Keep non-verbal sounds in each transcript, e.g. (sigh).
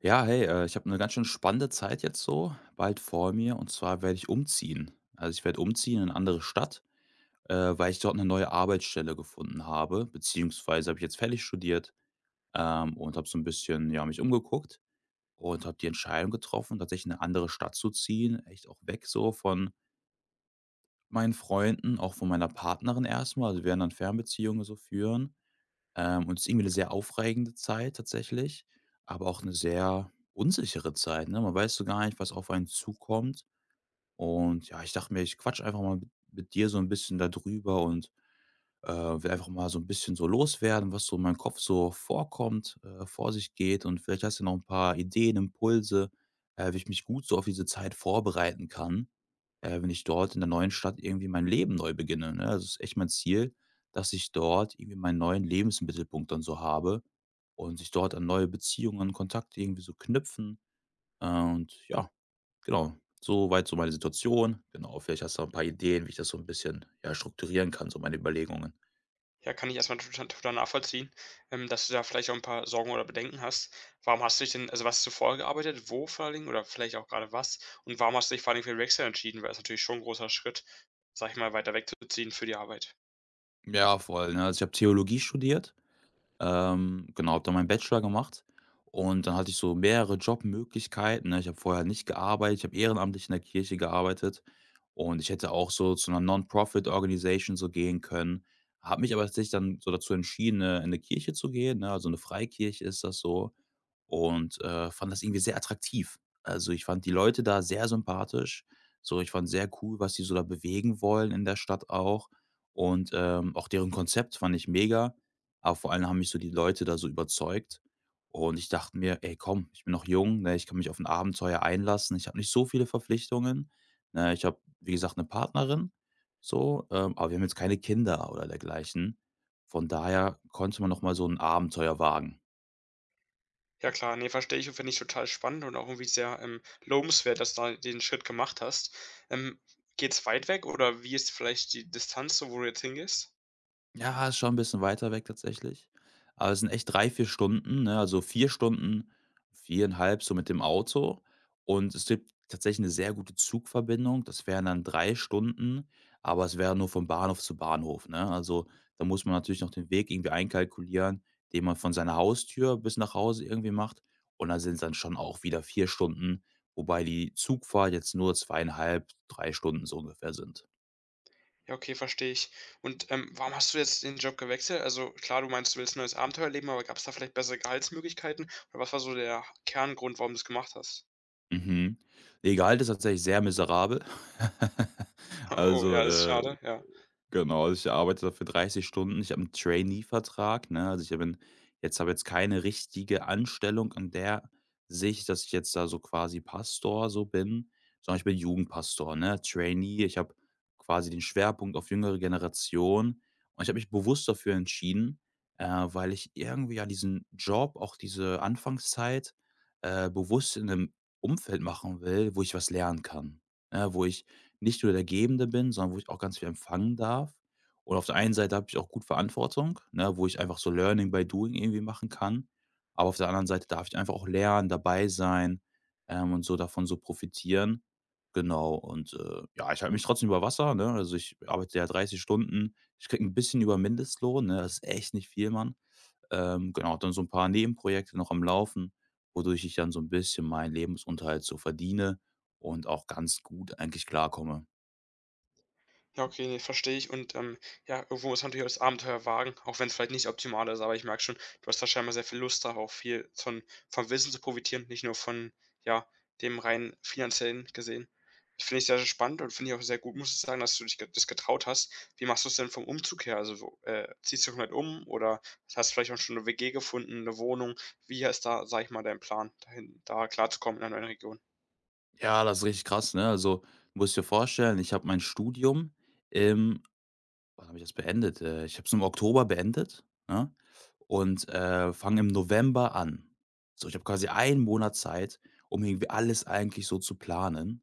Ja, hey, ich habe eine ganz schön spannende Zeit jetzt so bald vor mir, und zwar werde ich umziehen. Also, ich werde umziehen in eine andere Stadt, weil ich dort eine neue Arbeitsstelle gefunden habe, beziehungsweise habe ich jetzt fertig studiert, und habe so ein bisschen, ja, mich umgeguckt und habe die Entscheidung getroffen, tatsächlich in eine andere Stadt zu ziehen, echt auch weg so von meinen Freunden, auch von meiner Partnerin erstmal. Also, wir werden dann Fernbeziehungen so führen, und es ist irgendwie eine sehr aufregende Zeit tatsächlich, aber auch eine sehr unsichere Zeit, ne? Man weiß so gar nicht, was auf einen zukommt. Und ja, ich dachte mir, ich quatsch einfach mal mit dir so ein bisschen darüber und will einfach mal so ein bisschen so loswerden, was so in meinem Kopf so vorkommt, vor sich geht, und vielleicht hast du noch ein paar Ideen, Impulse, wie ich mich gut so auf diese Zeit vorbereiten kann, wenn ich dort in der neuen Stadt irgendwie mein Leben neu beginne, ne? Also, ist echt mein Ziel, dass ich dort irgendwie meinen neuen Lebensmittelpunkt dann so habe und sich dort an neue Beziehungen, Kontakte irgendwie so knüpfen. Und ja, genau, so weit so meine Situation. Genau, vielleicht hast du da 'n paar Ideen, wie ich das so ein bisschen, ja, strukturieren kann, so meine Überlegungen. Ja, kann ich erstmal mal tota total nachvollziehen, dass du da vielleicht auch ein paar Sorgen oder Bedenken hast. Warum hast du dich denn also, was hast du vorher gearbeitet? Wo vor allen Dingen oder vielleicht auch gerade was? Und warum hast du dich vor allen Dingen für Wechsel entschieden? Weil es natürlich schon ein großer Schritt, sag ich mal, weiter wegzuziehen für die Arbeit. Ja, voll, ne? Also, ich habe Theologie studiert, genau, habe dann meinen Bachelor gemacht und dann hatte ich so mehrere Jobmöglichkeiten, ne? Ich habe vorher nicht gearbeitet, ich habe ehrenamtlich in der Kirche gearbeitet und ich hätte auch so zu einer Non-Profit-Organisation so gehen können, habe mich aber tatsächlich dann so dazu entschieden, in eine Kirche zu gehen, ne? Also, eine Freikirche ist das so, und fand das irgendwie sehr attraktiv. Also, ich fand die Leute da sehr sympathisch. So, ich fand sehr cool, was die so da bewegen wollen in der Stadt auch. Und auch deren Konzept fand ich mega. Aber vor allem haben mich so die Leute da so überzeugt. Und ich dachte mir: „Ey, komm, ich bin noch jung, ne? Ich kann mich auf ein Abenteuer einlassen. Ich habe nicht so viele Verpflichtungen, ne?“ Ich habe, wie gesagt, eine Partnerin so, aber wir haben jetzt keine Kinder oder dergleichen. Von daher konnte man noch mal so ein Abenteuer wagen. Ja klar, nee, verstehe ich und finde ich total spannend und auch irgendwie sehr, lobenswert, dass du da den Schritt gemacht hast. Ähm, Geht's weit weg oder wie ist vielleicht die Distanz so, wo du jetzt hingehst? Ja, ist schon ein bisschen weiter weg tatsächlich. Aber es sind echt 3 4 Stunden, ne? Also 4 Stunden, viereinhalb so mit dem Auto. Und es gibt tatsächlich eine sehr gute Zugverbindung. Das wären dann 3 Stunden, aber es wäre nur von Bahnhof zu Bahnhof, ne? Also, da muss man natürlich noch den Weg irgendwie einkalkulieren, den man von seiner Haustür bis nach Hause irgendwie macht. Und da sind's dann schon auch wieder 4 Stunden, wobei die Zugfahrt jetzt nur zweieinhalb 3 Stunden so ungefähr sind. Ja, okay, verstehe ich. Und, warum hast du jetzt den Job gewechselt? Also klar, du meinst, du willst 'n neues Abenteuer erleben, aber gab es da vielleicht bessere Gehaltsmöglichkeiten? Oder was war so der Kerngrund, warum du es gemacht hast? Mhm. Ihr Gehalt ist tatsächlich sehr miserabel. (laughs) (laughs) Oh, Also, ja, das ist schade, ja. genau, also ich arbeite dafür 30 Stunden. Ich habe 'n Trainee-Vertrag, ne? Also, ich habe 'n jetzt habe jetzt keine richtige Anstellung an der Sicht, dass ich jetzt da so quasi Pastor so bin, sondern ich bin Jugendpastor, ne? Trainee, ich habe quasi den Schwerpunkt auf jüngere Generation und ich habe mich bewusst dafür entschieden, äh, weil ich irgendwie ja diesen Job, auch diese Anfangszeit, bewusst in einem Umfeld machen will, wo ich was lernen kann, ne? Wo ich nicht nur der Gebende bin, sondern wo ich auch ganz viel empfangen darf. Und auf der einen Seite habe ich auch gut Verantwortung, ne, wo ich einfach so Learning by Doing irgendwie machen kann. Aber auf der anderen Seite darf ich einfach auch lernen, dabei sein, und so davon so profitieren. Genau, und, ja, ich halte mich trotzdem über Wasser, ne? Also, ich arbeite ja 30 Stunden. Ich kriege ein bisschen über Mindestlohn, ne? Das ist echt nicht viel, Mann. Genau, dann so ein paar Nebenprojekte noch am Laufen, wodurch ich dann so ein bisschen meinen Lebensunterhalt so verdiene und auch ganz gut eigentlich klarkomme. Ja, okay, ne, verstehe ich und, ja, irgendwo muss man natürlich auch das Abenteuer wagen, auch wenn es vielleicht nicht optimal ist, aber ich merke schon, du hast da scheinbar sehr viel Lust darauf, viel von vom Wissen zu profitieren, nicht nur von, ja, dem rein finanziellen gesehen. Das finde ich sehr, sehr spannend und finde ich auch sehr gut, muss ich sagen, dass du dich ge das getraut hast. Wie machst du es denn vom Umzug her? Also, wo ziehst du komplett um oder hast vielleicht auch schon 'ne WG gefunden, eine Wohnung? Wie ist da, sage ich mal, dein Plan, dahin da klarzukommen in einer neuen Region? Ja, das ist richtig krass, ne? Also, du musst dir vorstellen, ich habe mein Studium im wann habe ich das beendet? Ich habe es im Oktober beendet, ne? Und fange im November an. So, ich habe quasi einen Monat Zeit, um irgendwie alles eigentlich so zu planen.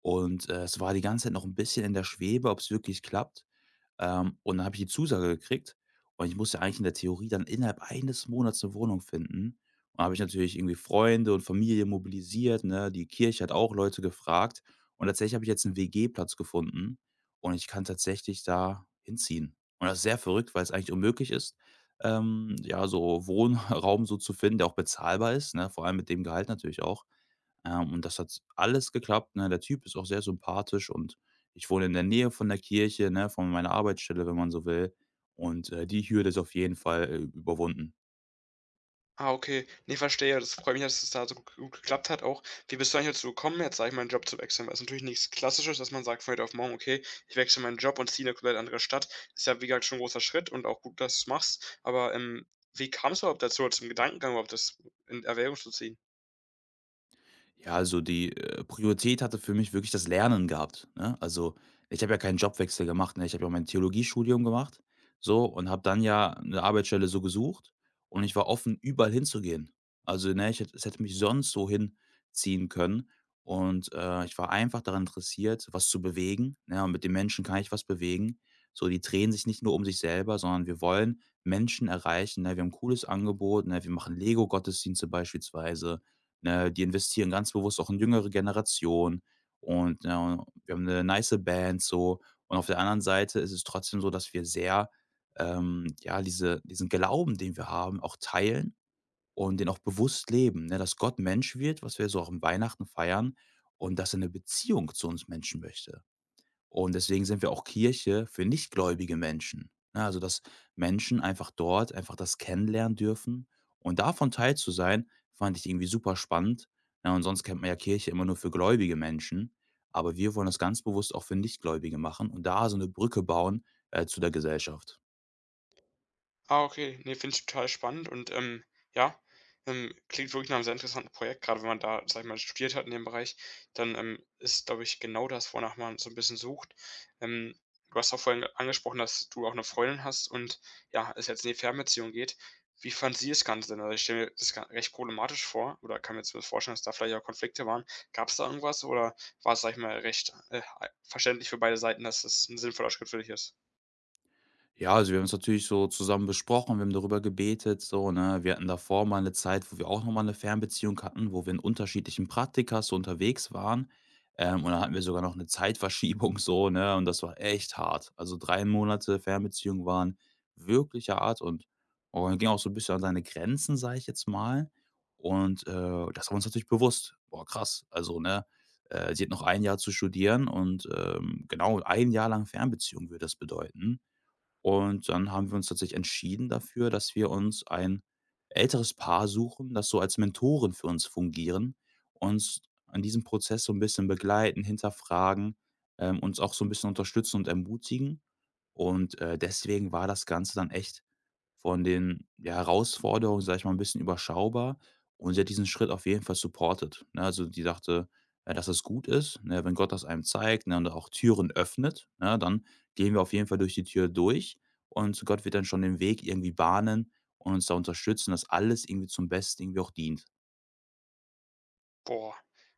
Und, es war die ganze Zeit noch ein bisschen in der Schwebe, ob es wirklich klappt. Und dann habe ich die Zusage gekriegt und ich musste eigentlich in der Theorie dann innerhalb eines Monats eine Wohnung finden. Und habe ich natürlich irgendwie Freunde und Familie mobilisiert, ne? Die Kirche hat auch Leute gefragt. Und tatsächlich habe ich jetzt 'n WG-Platz gefunden und ich kann tatsächlich da hinziehen. Und das ist sehr verrückt, weil es eigentlich unmöglich ist, ja, so Wohnraum so zu finden, der auch bezahlbar ist, ne, vor allem mit dem Gehalt natürlich auch. Und das hat alles geklappt, ne? Der Typ ist auch sehr sympathisch und ich wohne in der Nähe von der Kirche, ne, von meiner Arbeitsstelle, wenn man so will. Und die Hürde ist auf jeden Fall, überwunden. Ah, okay. Ne, verstehe. Das freut mich, dass es da so g gut geklappt hat auch. Wie bist du eigentlich dazu gekommen, jetzt, sage ich mal, den Job zu wechseln? Weil es ist natürlich nichts Klassisches, dass man sagt von heute auf morgen: „Okay, ich wechsle meinen Job und ziehe in eine komplett andere Stadt.“ Ist ja, wie gesagt, schon 'n großer Schritt und auch gut, dass du's machst. Aber, wie kam's überhaupt dazu zum Gedankengang überhaupt, das in Erwägung zu ziehen? Ja, also die, Priorität hatte für mich wirklich das Lernen gehabt, ne? Also, ich habe ja keinen Jobwechsel gemacht, ne? Ich habe ja mein Theologiestudium gemacht, so, und habe dann ja eine Arbeitsstelle so gesucht und ich war offen, überall hinzugehen. Also, ne, ich hätte mich sonst so hinziehen können und, ich war einfach daran interessiert, was zu bewegen, ne? Und mit den Menschen kann ich was bewegen. So, die drehen sich nicht nur um sich selber, sondern wir wollen Menschen erreichen, ne? Wir haben 'n cooles Angebot, ne? Wir machen Lego-Gottesdienste beispielsweise. Ne, die investieren ganz bewusst auch in jüngere Generationen und, ne, wir haben eine nice Band so. Und auf der anderen Seite ist es trotzdem so, dass wir sehr, ja, diesen Glauben, den wir haben, auch teilen und den auch bewusst leben, ne, dass Gott Mensch wird, was wir so auch im Weihnachten feiern und dass er eine Beziehung zu uns Menschen möchte. Und deswegen sind wir auch Kirche für nichtgläubige Menschen. Ne, also, dass Menschen einfach dort einfach das kennenlernen dürfen und davon Teil zu sein, fand ich irgendwie super spannend. Ja, und sonst kennt man ja Kirche immer nur für gläubige Menschen, aber wir wollen das ganz bewusst auch für Nichtgläubige machen und da so eine Brücke bauen, zu der Gesellschaft. Ah, okay. Nee, finde ich total spannend und, ja, klingt wirklich nach einem sehr interessanten Projekt. Gerade wenn man da, sag ich mal, studiert hat in dem Bereich, dann, ist, glaube ich, genau das, wonach man so ein bisschen sucht. Ähm, Du hast auch vorhin angesprochen, dass du auch eine Freundin hast und, ja, es jetzt in die Fernbeziehung geht. Wie fand sie das Ganze denn? Also, ich stelle mir das gar recht problematisch vor oder kann mir zumindest vorstellen, dass da vielleicht auch Konflikte waren. Gab es da irgendwas oder war es, sag ich mal, recht, verständlich für beide Seiten, dass das ein sinnvoller Schritt für dich ist? Ja, also wir haben's natürlich so zusammen besprochen, wir haben darüber gebetet, so, ne? Wir hatten davor mal eine Zeit, wo wir auch noch mal 'ne Fernbeziehung hatten, wo wir in unterschiedlichen Praktika so unterwegs waren. Und dann hatten wir sogar noch eine Zeitverschiebung (laughs) so, ne? Und das war echt hart. Also 3 Monate Fernbeziehung waren wirklich hart und ging auch so ein bisschen an seine Grenzen, sage ich jetzt mal. Und, das war uns natürlich bewusst. Boah, krass, also, ne, sie hat noch ein Jahr zu studieren und, genau, ein Jahr lang Fernbeziehung würde das bedeuten. Und dann haben wir uns tatsächlich entschieden dafür, dass wir uns ein älteres Paar suchen, das so als Mentoren für uns fungieren, uns an diesem Prozess so ein bisschen begleiten, hinterfragen, uns auch so ein bisschen unterstützen und ermutigen. Und deswegen war das Ganze dann echt von den, ja, Herausforderungen, sage ich mal, ein bisschen überschaubar und sie hat diesen Schritt auf jeden Fall supportet, ne? Also, die dachte, dass es gut ist, ne, wenn Gott das einem zeigt, ne, und auch Türen öffnet, ne, dann gehen wir auf jeden Fall durch die Tür durch und Gott wird dann schon den Weg irgendwie bahnen und uns da unterstützen, dass alles irgendwie zum Besten irgendwie auch dient. Boah,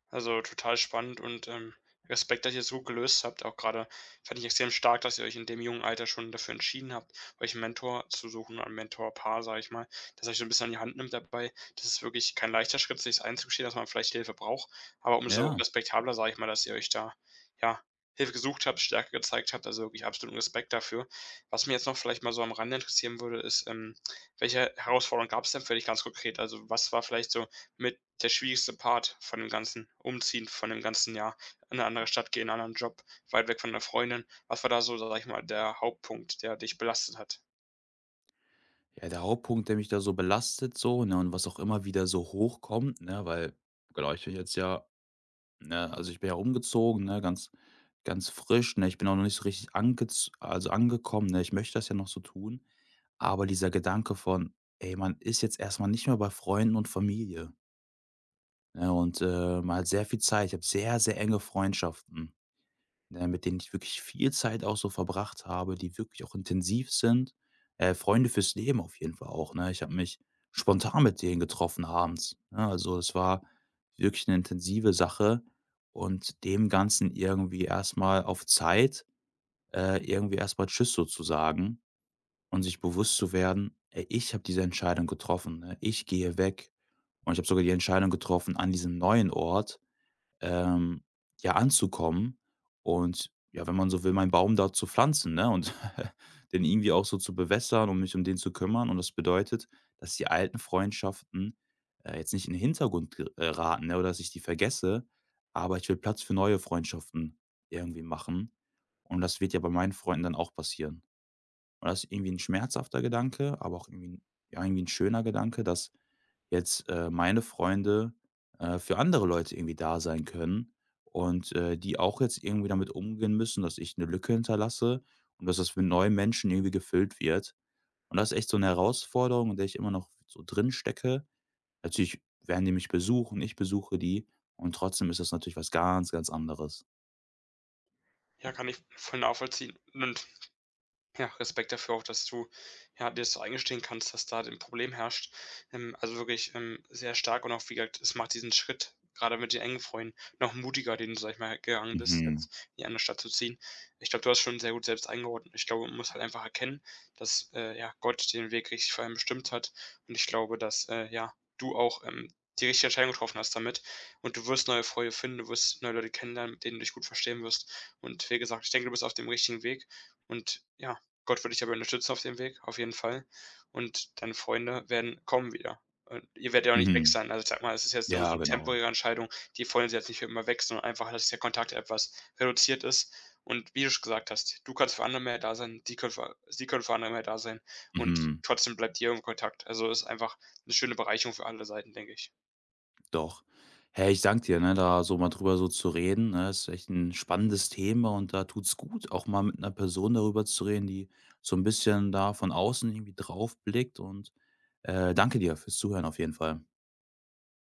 also total spannend und, Respekt, dass ihr es so gelöst habt. Auch gerade fand ich extrem stark, dass ihr euch in dem jungen Alter schon dafür entschieden habt, euch 'n Mentor zu suchen, ein Mentorpaar, sage ich mal, das euch so ein bisschen an die Hand nimmt dabei. Das ist wirklich kein leichter Schritt, sich einzugestehen, dass man vielleicht Hilfe braucht, aber umso Ja, respektabler, sage ich mal, dass ihr euch da, ja, Hilfe gesucht habt, Stärke gezeigt habt, also wirklich absoluten Respekt dafür. Was mir jetzt noch vielleicht mal so am Rande interessieren würde, ist, welche Herausforderungen gab es denn für dich ganz konkret? Also, was war vielleicht so mit der schwierigste Part von dem Ganzen. Umziehen von dem ganzen Jahr, in eine andere Stadt gehen, einen anderen Job, weit weg von der Freundin. Was war da so, sag ich mal, der Hauptpunkt, der dich belastet hat? ja, der Hauptpunkt, der mich da so belastet so, ne, und was auch immer wieder so hochkommt, ne, weil genau, ich bin jetzt ja ne, also, ich bin ja umgezogen, ne, ganz ganz frisch, ne? Ich bin auch noch nicht so richtig angekommen, ne? Ich möchte das ja noch so tun, aber dieser Gedanke von: „Ey, man ist jetzt erstmal nicht mehr bei Freunden und Familie“, ne? Und man hat sehr viel Zeit. Ich habe sehr, sehr enge Freundschaften. Ne, mit denen ich wirklich viel Zeit auch so verbracht habe, die wirklich auch intensiv sind. Freunde fürs Leben auf jeden Fall auch, ne? Ich habe mich spontan mit denen getroffen abends, ne? Also, es war wirklich eine intensive Sache und dem Ganzen irgendwie erstmal auf Zeit, irgendwie erst mal tschüss sozusagen und sich bewusst zu werden: „Ey, ich habe diese Entscheidung getroffen, ne? Ich gehe weg.“ Und ich habe sogar die Entscheidung getroffen, an diesem neuen Ort, ähm, ja, anzukommen und ja, wenn man so will, meinen Baum dort zu pflanzen, ne? Und (laughs) den irgendwie auch so zu bewässern und mich um den zu kümmern. Und das bedeutet, dass die alten Freundschaften, jetzt nicht in den Hintergrund geraten, ne? Oder dass ich die vergesse. Aber ich will Platz für neue Freundschaften irgendwie machen. Und das wird ja bei meinen Freunden dann auch passieren. Und das ist irgendwie ein schmerzhafter Gedanke, aber auch irgendwie ein ja, irgendwie 'n schöner Gedanke, dass jetzt, meine Freunde, für andere Leute irgendwie da sein können und, die auch jetzt irgendwie damit umgehen müssen, dass ich eine Lücke hinterlasse und dass das für neue Menschen irgendwie gefüllt wird. Und das ist echt so eine Herausforderung, in der ich immer noch so drin stecke. Natürlich werden die mich besuchen, ich besuche die und trotzdem ist das natürlich was ganz, ganz anderes. Ja, kann ich voll nachvollziehen. Und ja, Respekt dafür auch, dass du, ja, dir das so eingestehen kannst, dass da 'n Problem herrscht. Also wirklich, sehr stark und auch, wie gesagt, es macht diesen Schritt, gerade mit den engen Freunden, noch mutiger, den du, sag ich mal, gegangen bist, Mhm. jetzt in die andere Stadt zu ziehen. Ich glaube, du hast schon sehr gut selbst eingeordnet. Ich glaube, man muss halt einfach erkennen, dass, ja, Gott den Weg richtig für einen bestimmt hat. Und ich glaube, dass, ja, du auch, die richtige Entscheidung getroffen hast damit. Und du wirst neue Freunde finden, du wirst neue Leute kennenlernen, mit denen du dich gut verstehen wirst. Und wie gesagt, ich denke, du bist auf dem richtigen Weg und ja. Gott wird dich dabei unterstützen auf dem Weg, auf jeden Fall. Und deine Freunde werden kommen wieder. Und ihr werdet ja auch nicht weg Mhm. sein. Also ich sage mal, es ist jetzt nur so Ja, eine genau. temporäre Entscheidung. Die Freunde sind jetzt nicht für immer weg, sondern einfach, dass der Kontakt etwas reduziert ist. Und wie du schon gesagt hast, du kannst für andere mehr da sein, die können für sie können für andere mehr da sein und Mhm. trotzdem bleibt ihr im Kontakt. Also, ist einfach eine schöne Bereicherung für alle Seiten, denke ich. Doch. Hey, ich danke dir, ne, da so mal drüber so zu reden, ne, ist echt ein spannendes Thema und da tut's gut, auch mal mit einer Person darüber zu reden, die so ein bisschen da von außen irgendwie drauf blickt und, danke dir fürs Zuhören auf jeden Fall.